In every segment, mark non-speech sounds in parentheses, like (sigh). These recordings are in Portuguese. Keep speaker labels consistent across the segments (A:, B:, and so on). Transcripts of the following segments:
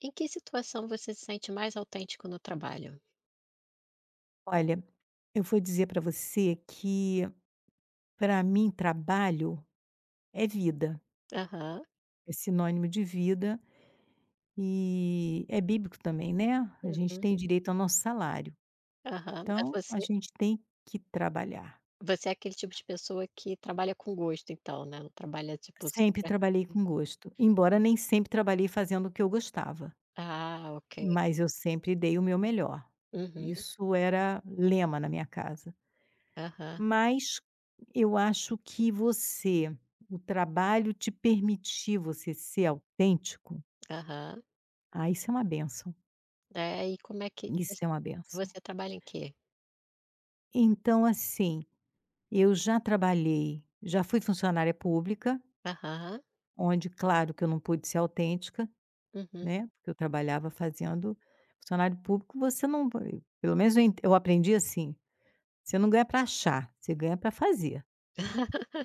A: Em que situação você se sente mais autêntico no trabalho?
B: Olha, eu vou dizer para você que, para mim, trabalho é vida,
A: Aham,
B: é sinônimo de vida e é bíblico também, né. A gente
A: uhum,
B: tem direito ao nosso salário,
A: aham. Mas
B: então a
A: você
B: gente tem que trabalhar.
A: você é aquele tipo de pessoa que trabalha com gosto então, né, não trabalha tipo só
B: Sempre
A: pra
B: trabalhei com gosto, embora nem sempre trabalhei fazendo o que eu gostava,
A: Ah, ok.
B: mas eu sempre dei o meu melhor.
A: Uhum,
B: Isso era lema na minha casa.
A: aham,
B: Mas eu acho que você o trabalho te permitir você ser autêntico,
A: aham.
B: ah, isso é uma benção
A: É, e como é que
B: isso
A: você
B: é uma benção.
A: você trabalha em quê?
B: Então, assim, eu já fui funcionária pública,
A: Aham,
B: onde claro que eu não pude ser autêntica,
A: uhum.
B: né, porque eu trabalhava fazendo funcionário público, você não pelo menos eu aprendi assim, você não ganha para achar, você ganha para fazer.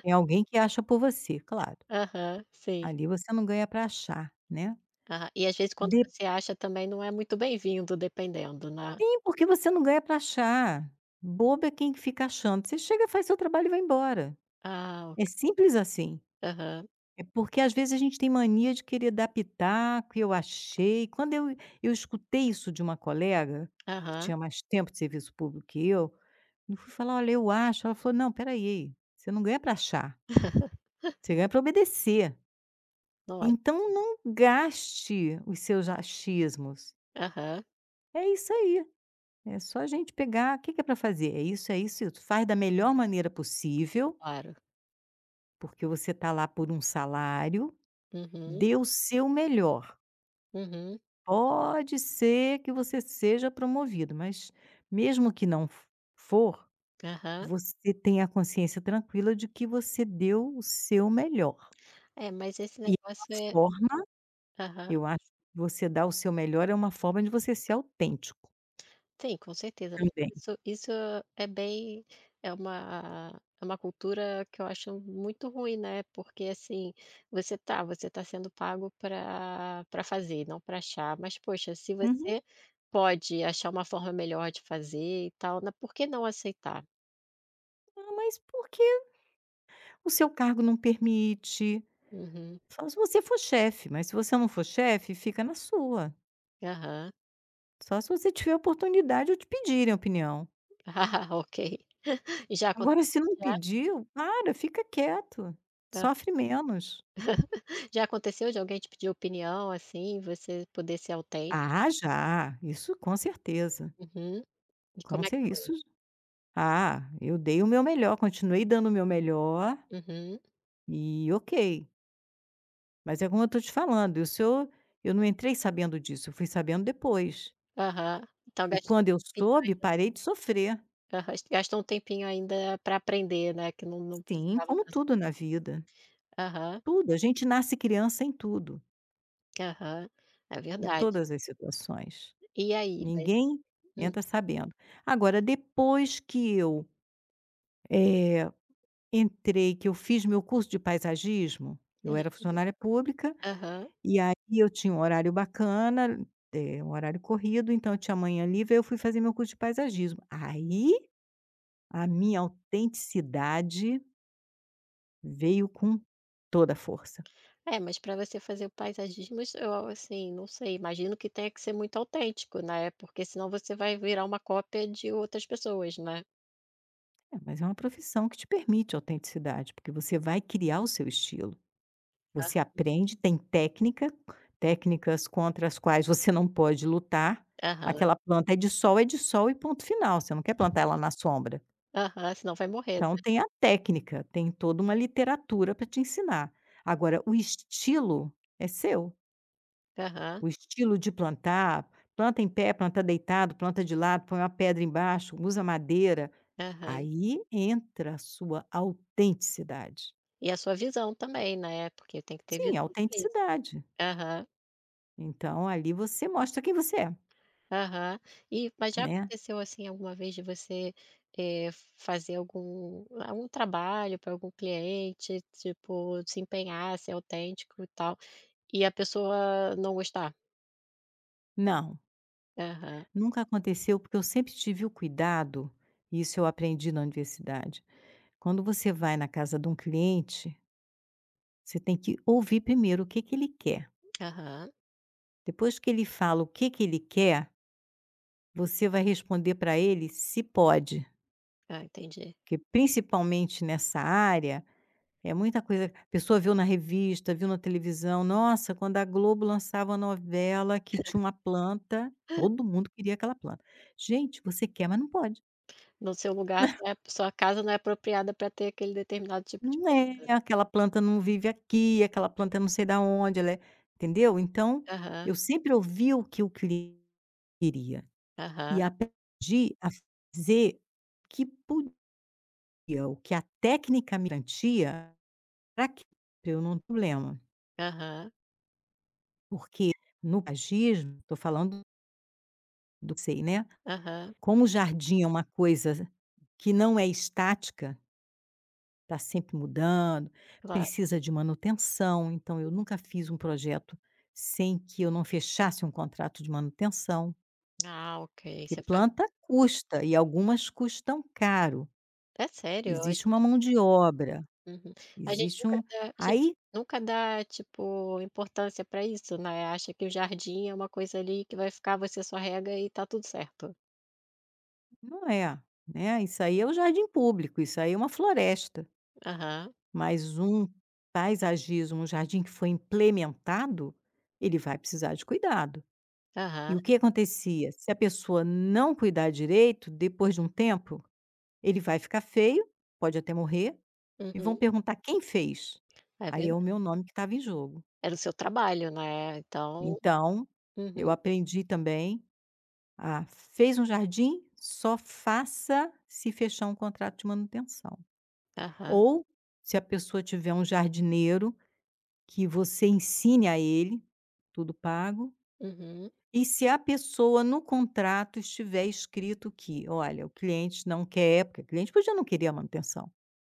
B: Tem alguém que acha por você, claro.
A: Aham, sim.
B: Ali você não ganha para achar, né.
A: Aham. E às vezes quando você acha também não é muito bem-vindo dependendo, né.
B: Sim, porque você não ganha para achar. Bobo é quem fica achando. Você chega, faz seu trabalho e vai embora.
A: Ah,
B: É
A: ok.
B: simples assim.
A: Aham,
B: É porque às vezes a gente tem mania de querer dar pitaco, e eu achei. Quando eu escutei isso de uma colega, que
A: aham.
B: tinha mais tempo de serviço público que eu fui falar: "Olha, eu acho". Ela falou: "Não, espera aí, você não ganha para achar,
A: (laughs)
B: você ganha para obedecer.
A: Nossa,
B: Então não gaste os seus achismos".
A: aham,
B: É isso aí. É só a gente pegar, o que que é para fazer? É isso, é isso, é isso. Faz da melhor maneira possível,
A: claro.
B: porque você está lá por um salário,
A: Uhum,
B: dê o seu melhor.
A: uhum,
B: Pode ser que você seja promovido, mas mesmo que não f- for,
A: aham.
B: você tem a consciência tranquila de que você deu o seu melhor.
A: É, mas esse
B: E é uma
A: negócio é
B: forma,
A: aham.
B: eu acho que você dar o seu melhor é uma forma de você ser autêntico
A: Sim, com certeza,
B: também.
A: mas isso é bem é uma cultura que eu acho muito ruim, né, porque, assim, você tá sendo pago para fazer, não para achar, mas poxa, se
B: Uhum.
A: você pode achar uma forma melhor de fazer e tal, né, por que não aceitar?
B: Ah, mas por que o seu cargo não permite?
A: Uhum,
B: Só se você for chefe, mas se você não for chefe, fica na sua.
A: aham. (laughs)
B: Só se você tiver oportunidade ou te pedirem opinião.
A: Ah, ok. Já
B: Agora se
A: aconteceu
B: não
A: já?
B: pediu, para, fica quieto, sofre menos.
A: Já aconteceu de alguém te pedir opinião, assim, você poder ser autêntico?
B: Ah, já, isso com certeza,
A: Uhum. E
B: com
A: como é que
B: cer
A: foi?
B: isso ah, eu dei o meu melhor, continuei dando o meu melhor
A: Uhum.
B: e ok, mas é como eu estou te falando, isso eu não entrei sabendo disso, eu fui sabendo depois.
A: Aham. Então
B: E
A: gastou
B: quando eu
A: um tempinho
B: soube, parei de sofrer.
A: aham, gastou um tempinho ainda para aprender, né, que não
B: Sim,
A: precisava
B: como
A: da su
B: tudo na vida.
A: aham,
B: Tudo, a gente nasce criança em tudo,
A: aham. É
B: em
A: verdade.
B: todas as situações.
A: E aí, mas
B: Ninguém
A: hum.
B: entra sabendo. Agora, depois que eu, eh, entrei, que eu fiz meu curso de paisagismo,
A: É,
B: eu era funcionária pública,
A: aham.
B: e aí eu tinha um horário bacana, um horário corrido, então eu tinha manhã livre, aí eu fui fazer meu curso de paisagismo. Aí, a minha autenticidade veio com toda a força.
A: É, mas para você fazer o paisagismo isso eu assim, não sei, imagino que tenha que ser muito autêntico, né, porque senão você vai virar uma cópia de outras pessoas, né.
B: É, mas é uma profissão que te permite autenticidade, porque você vai criar o seu estilo.
A: Ah,
B: Você aprende, tem técnica, técnicas contra as quais você não pode lutar.
A: aham,
B: Aquela planta é de sol e ponto final, você não quer plantar ela na sombra.
A: aham, senão vai morrer,
B: Então
A: né?
B: tem a técnica, tem toda uma literatura para te ensinar. Agora o estilo é seu,
A: Aham.
B: o estilo de plantar, planta em pé, planta deitado, planta de lado, põe uma pedra embaixo, usa madeira,
A: Aham.
B: aí entra a sua autenticidade.
A: E a sua visão também, né, porque tem que ter
B: Sim,
A: visão para isso.
B: autenticidade.
A: Aham,
B: Então ali você mostra quem você é,
A: aham. E mas já
B: né.
A: aconteceu, assim, alguma vez de você, eh, fazer algum trabalho para algum cliente, tipo, se empenhar, ser autêntico e tal, e a pessoa não gostar?
B: Não,
A: Aham,
B: nunca aconteceu, porque eu sempre tive o cuidado, e isso eu aprendi na universidade. Quando você vai na casa de um cliente, você tem que ouvir primeiro o que que ele quer.
A: aham.
B: Depois que ele fala o que que ele quer, você vai responder para ele se pode,
A: Ah, entendi.
B: porque principalmente nessa área é muita coisa. A pessoa viu na revista, viu na televisão. Nossa, quando a Globo lançava a novela que tinha uma planta, todo mundo queria aquela planta. Gente, você quer, mas não pode.
A: No seu lugar não é sua casa não é apropriada para ter aquele determinado tipo de
B: Não é,
A: planta.
B: aquela planta não vive aqui, aquela planta não sei da onde, ela é entendeu? Então,
A: Aham,
B: eu sempre ouvi o que eu queria e
A: aham,
B: aprendi a fazer o que podia, o que a técnica me garantia para que eu não ter problema,
A: aham,
B: porque no paisagismo, estou falando do sei, né,
A: aham,
B: como o jardim é uma coisa que não é estática. Está sempre mudando,
A: claro.
B: precisa de manutenção, então eu nunca fiz um projeto sem que eu não fechasse um contrato de manutenção,
A: Ah, ok,
B: porque
A: você faz
B: planta custa e algumas custam caro.
A: É sério, a
B: Existe uma
A: gente
B: mão de obra,
A: uhum. A gente
B: existe
A: nunca
B: um
A: dá a gente
B: aí
A: nunca dá, tipo, importância para isso, né, acha que o jardim é uma coisa ali que vai ficar, você só rega e tá tudo certo.
B: não é, né, isso aí é o jardim público, isso aí é uma floresta,
A: Aham,
B: mas um paisagismo, um jardim que foi implementado, ele vai precisar de cuidado.
A: aham,
B: E o que acontecia? Se a pessoa não cuidar direito, depois de um tempo, ele vai ficar feio, pode até morrer, e
A: uhum,
B: vão perguntar: "Quem fez?".
A: é
B: Aí é o
A: verdade.
B: meu nome que estava em jogo.
A: Era o seu trabalho, né, então
B: Então,
A: uhum,
B: eu aprendi também a fez um jardim, só faça se fechar um contrato de manutenção.
A: aham,
B: Ou, se a pessoa tiver um jardineiro, que você ensine a ele, tudo pago.
A: uhum,
B: E se a pessoa no contrato estiver escrito que: "Olha, o cliente não quer" porque o cliente podia não querer a manutenção,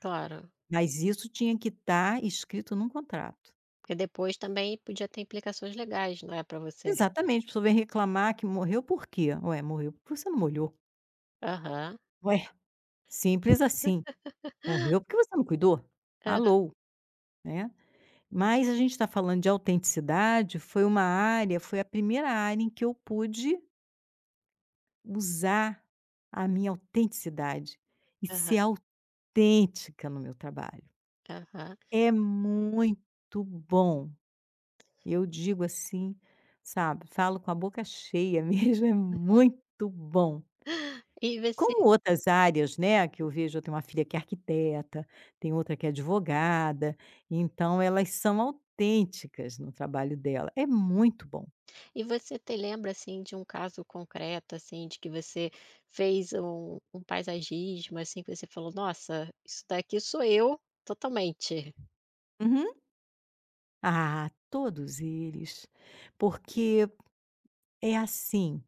A: claro.
B: mas isso tinha que estar escrito num contrato.
A: Porque depois também podia ter implicações legais, não é, para você.
B: Exatamente, a pessoa vem reclamar que morreu por quê? Ué, morreu porque você não molhou.
A: Aham,
B: Ué, simples assim. Morreu porque você não cuidou?
A: aham,
B: Alô, né. Mas a gente está falando de autenticidade, foi uma área foi a primeira área em que eu pude usar a minha autenticidade e
A: aham,
B: ser autêntica no meu trabalho.
A: aham.
B: É muito bom. Eu digo assim, sabe, falo com a boca cheia mesmo, (laughs) é muito bom.
A: E você
B: Como outras áreas, né, que eu vejo, eu tenho uma filha que é arquiteta, tem outra que é advogada, então elas são autênticas no trabalho dela. É muito bom.
A: E você te lembra, assim, de um caso concreto, assim, de que você fez um paisagismo, assim, que você falou: "Nossa, isso daqui sou eu totalmente".
B: Uhum. Ah, todos eles, porque é assim.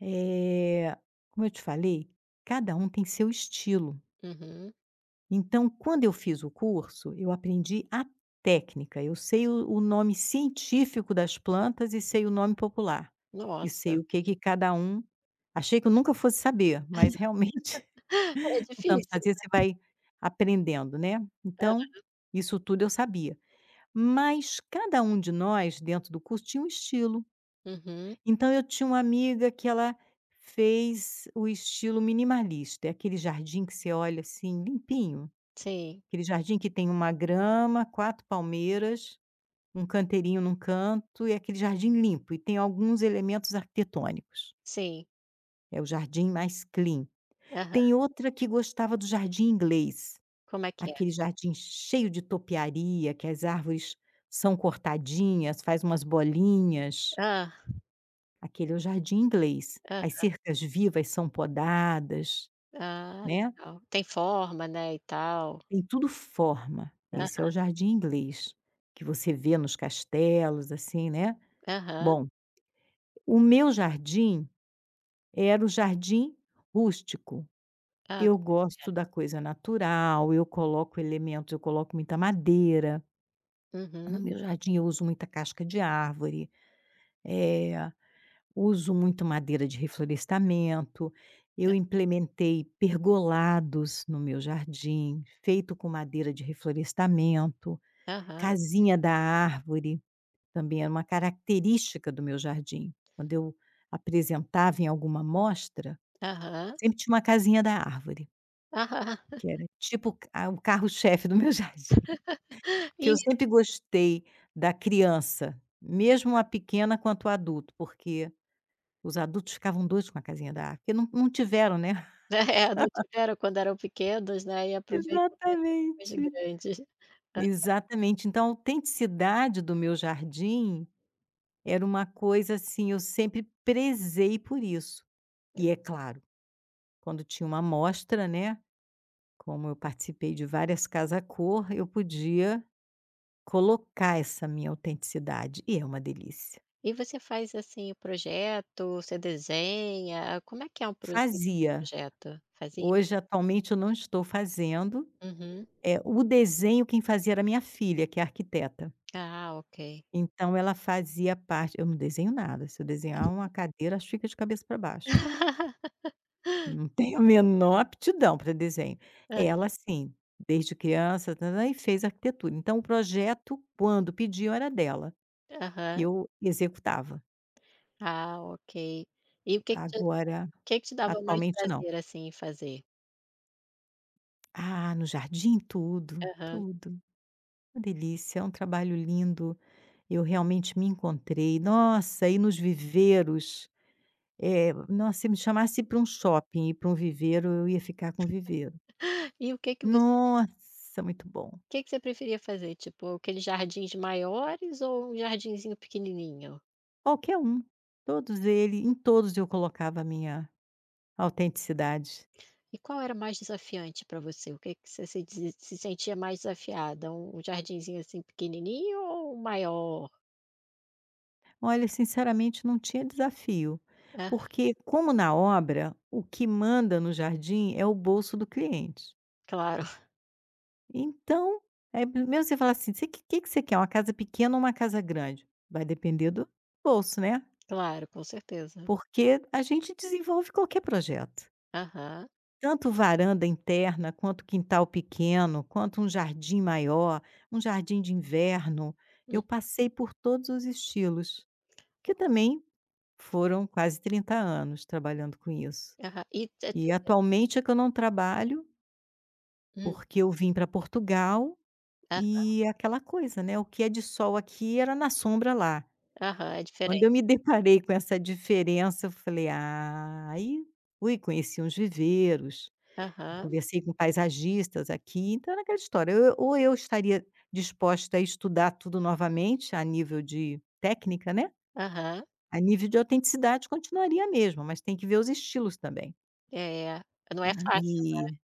B: Eh, como eu te falei, cada um tem seu estilo.
A: Uhum.
B: Então, quando eu fiz o curso, eu aprendi a técnica. Eu sei o nome científico das plantas e sei o nome popular. E sei
A: Nossa.
B: o que que cada um. Achei que eu nunca fosse saber, mas realmente, (laughs)
A: (laughs) É
B: de tanto
A: difícil.
B: fazer, você vai aprendendo, né? Então, isso tudo eu sabia. Mas cada um de nós, dentro do curso, tinha um estilo.
A: Uhum.
B: Então eu tinha uma amiga que ela fez o estilo minimalista, é aquele jardim que você olha, assim, limpinho,
A: Sim,
B: aquele jardim que tem uma grama, 4 palmeiras, um canteirinho num canto, e aquele jardim limpo, e tem alguns elementos arquitetônicos.
A: sim.
B: É o jardim mais clean.
A: Aham.
B: Tem outra que gostava do jardim inglês,
A: Como é que é?
B: aquele jardim cheio de topiaria, que as árvores são cortadinhas, faz umas bolinhas.
A: Hã.
B: Aquele é o jardim inglês.
A: Hã.
B: As cercas vivas são podadas,
A: Ah,
B: né,
A: legal. Tem forma, né, e tal.
B: tem tudo forma. Esse é
A: Ah,
B: o jardim inglês, que você vê nos castelos, assim, né.
A: aham,
B: Bom, o meu jardim era o jardim rústico.
A: ah,
B: Eu gosto da coisa natural, eu coloco elementos, eu coloco muita madeira. No
A: uhum.
B: meu jardim eu uso muita casca de árvore, eh uso muito madeira de reflorestamento. Eu implementei pergolados no meu jardim, feito com madeira de reflorestamento.
A: Aham.
B: Casinha da árvore também era uma característica do meu jardim. Quando eu apresentava em alguma mostra,
A: Aham.
B: sempre tinha uma casinha da árvore,
A: Aham.
B: que era tipo c o carro-chefe do meu (laughs) jardim,
A: (laughs)
B: que
A: E
B: eu sempre gostei da criança, mesmo a pequena quanto o adulto, porque os adultos ficavam doidos com a casinha da árvore, porque não tiveram, né. (laughs)
A: (laughs) é, não tiveram quando eram pequenos, né, e aproveitam pra ter depois de
B: Exatamente.
A: grandes. Hã.
B: Exatamente. Então, a autenticidade do meu jardim era uma coisa, assim, eu sempre prezei por isso. E é claro, quando tinha uma amostra, né, como eu participei de várias casa-cor, eu podia colocar essa minha autenticidade, e é uma delícia.
A: E você faz, assim, o projeto, você desenha, como é que é um
B: Fazia.
A: projeto? Fazia?
B: Hoje, atualmente, eu não estou fazendo.
A: Uhum.
B: É o desenho quem fazia era minha filha, que é arquiteta.
A: Ah, ok.
B: Então ela fazia parte eu não desenho nada, se eu desenhar uma cadeira, acho que fica de cabeça para baixo.
A: (laughs)
B: Não (laughs) tenho a menor aptidão para desenho.
A: Hã.
B: Ela sim, desde criança tã tã e fez arquitetura. Então o projeto, quando pediam, era dela, e
A: Aham.
B: eu executava.
A: Ah, ok. E o
B: Agora,
A: que que te dava mais
B: atualmente não.
A: prazer, assim, em fazer?
B: Ah, no jardim tudo,
A: Aham.
B: tudo. Uma delícia, é um trabalho lindo, eu realmente me encontrei. Nossa, e nos viveiros nossa, se me chamasse para um shopping e para um viveiro, eu ia ficar com o viveiro.
A: E
B: Nossa, muito bom.
A: o que que você preferia fazer, tipo, aqueles jardins maiores ou um jardinzinho pequenininho?
B: Qualquer um, todos ele em todos eu colocava a minha autenticidade.
A: E qual era mais desafiante para você? O que que você se dese se sentia mais desafiada? Um jardinzinho, assim, pequenininho ou um maior,
B: Olha, sinceramente não tinha desafio,
A: né?
B: porque como na obra, o que manda no jardim é o bolso do cliente.
A: Claro, (laughs)
B: Então, é mesmo você falar assim: "Você que você quer, uma casa pequena ou uma casa grande?" Vai depender do bolso, né,
A: claro, com certeza.
B: porque a gente desenvolve qualquer projeto.
A: Aham.
B: Tanto varanda interna, quanto quintal pequeno, quanto um jardim maior, um jardim de inverno,
A: Hum,
B: eu passei por todos os estilos, que também foram quase 30 anos trabalhando com isso.
A: aham. E te
B: E
A: teve
B: atualmente é que eu não trabalho,
A: hum,
B: porque eu vim para Portugal
A: a
B: e é aquela coisa, né, o que é de sol aqui era na sombra lá.
A: aham, é
B: Quando eu
A: diferente.
B: me deparei com essa diferença, eu falei: "Ah", aí fui, conheci uns viveiros. Eu
A: Aham,
B: conversei com paisagistas aqui, então era aquela história, eu estaria disposta a estudar tudo novamente a nível de técnica, né,
A: aham.
B: a nível de autenticidade continuaria mesmo, mas tem que ver os estilos também.
A: É, não é fácil, né.
B: E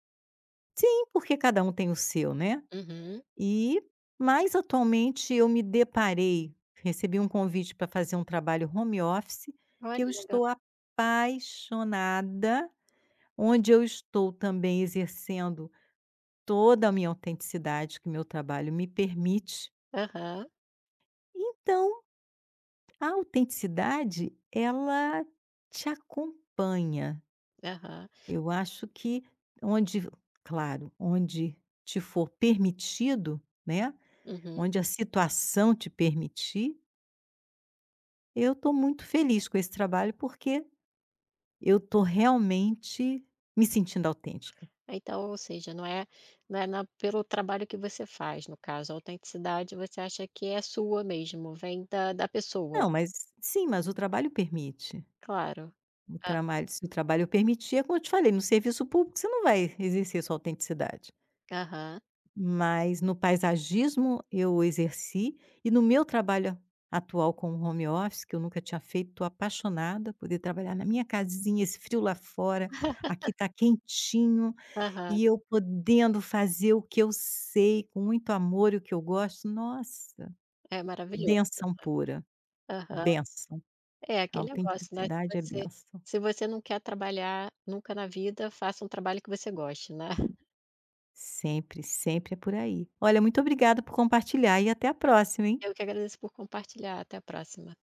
B: sim, porque cada um tem o seu, né.
A: Uhum.
B: E mais atualmente eu me deparei recebi um convite para fazer um trabalho home office,
A: Olha,
B: que eu
A: legal.
B: estou apaixonada, onde eu estou também exercendo toda a minha autenticidade que meu trabalho me permite.
A: Aham,
B: Então, a autenticidade, ela te acompanha.
A: aham.
B: Eu acho que onde, claro, onde te for permitido, né?
A: Uhum.
B: Onde a situação te permitir, eu estou muito feliz com esse trabalho porque eu estou realmente me sentindo autêntica.
A: Ah, então, ou seja, não é não é na pelo trabalho que você faz, no caso, a autenticidade você acha que é sua mesmo, vem da pessoa.
B: Não, mas sim, mas o trabalho permite.
A: Claro.
B: O
A: Ah,
B: trabalho se o trabalho permitia, como eu te falei, no serviço público você não vai exercer sua autenticidade.
A: aham,
B: Mas no paisagismo eu exerci e no meu trabalho atual com o home office, que eu nunca tinha feito, estou apaixonada, poder trabalhar na minha casinha, esse frio lá fora, aqui está quentinho,
A: aham.
B: e eu podendo fazer o que eu sei com muito amor e o que eu gosto, nossa,
A: É maravilhoso.
B: benção pura,
A: Aham.
B: benção.
A: É
B: A
A: aquele negócio, né,
B: autenticidade é benção.
A: se você não quer trabalhar nunca na vida, faça um trabalho que você goste, né. (laughs)
B: Sempre, sempre é por aí. Olha, muito obrigada por compartilhar e até a próxima, hein?
A: Eu que agradeço por compartilhar. Até a próxima.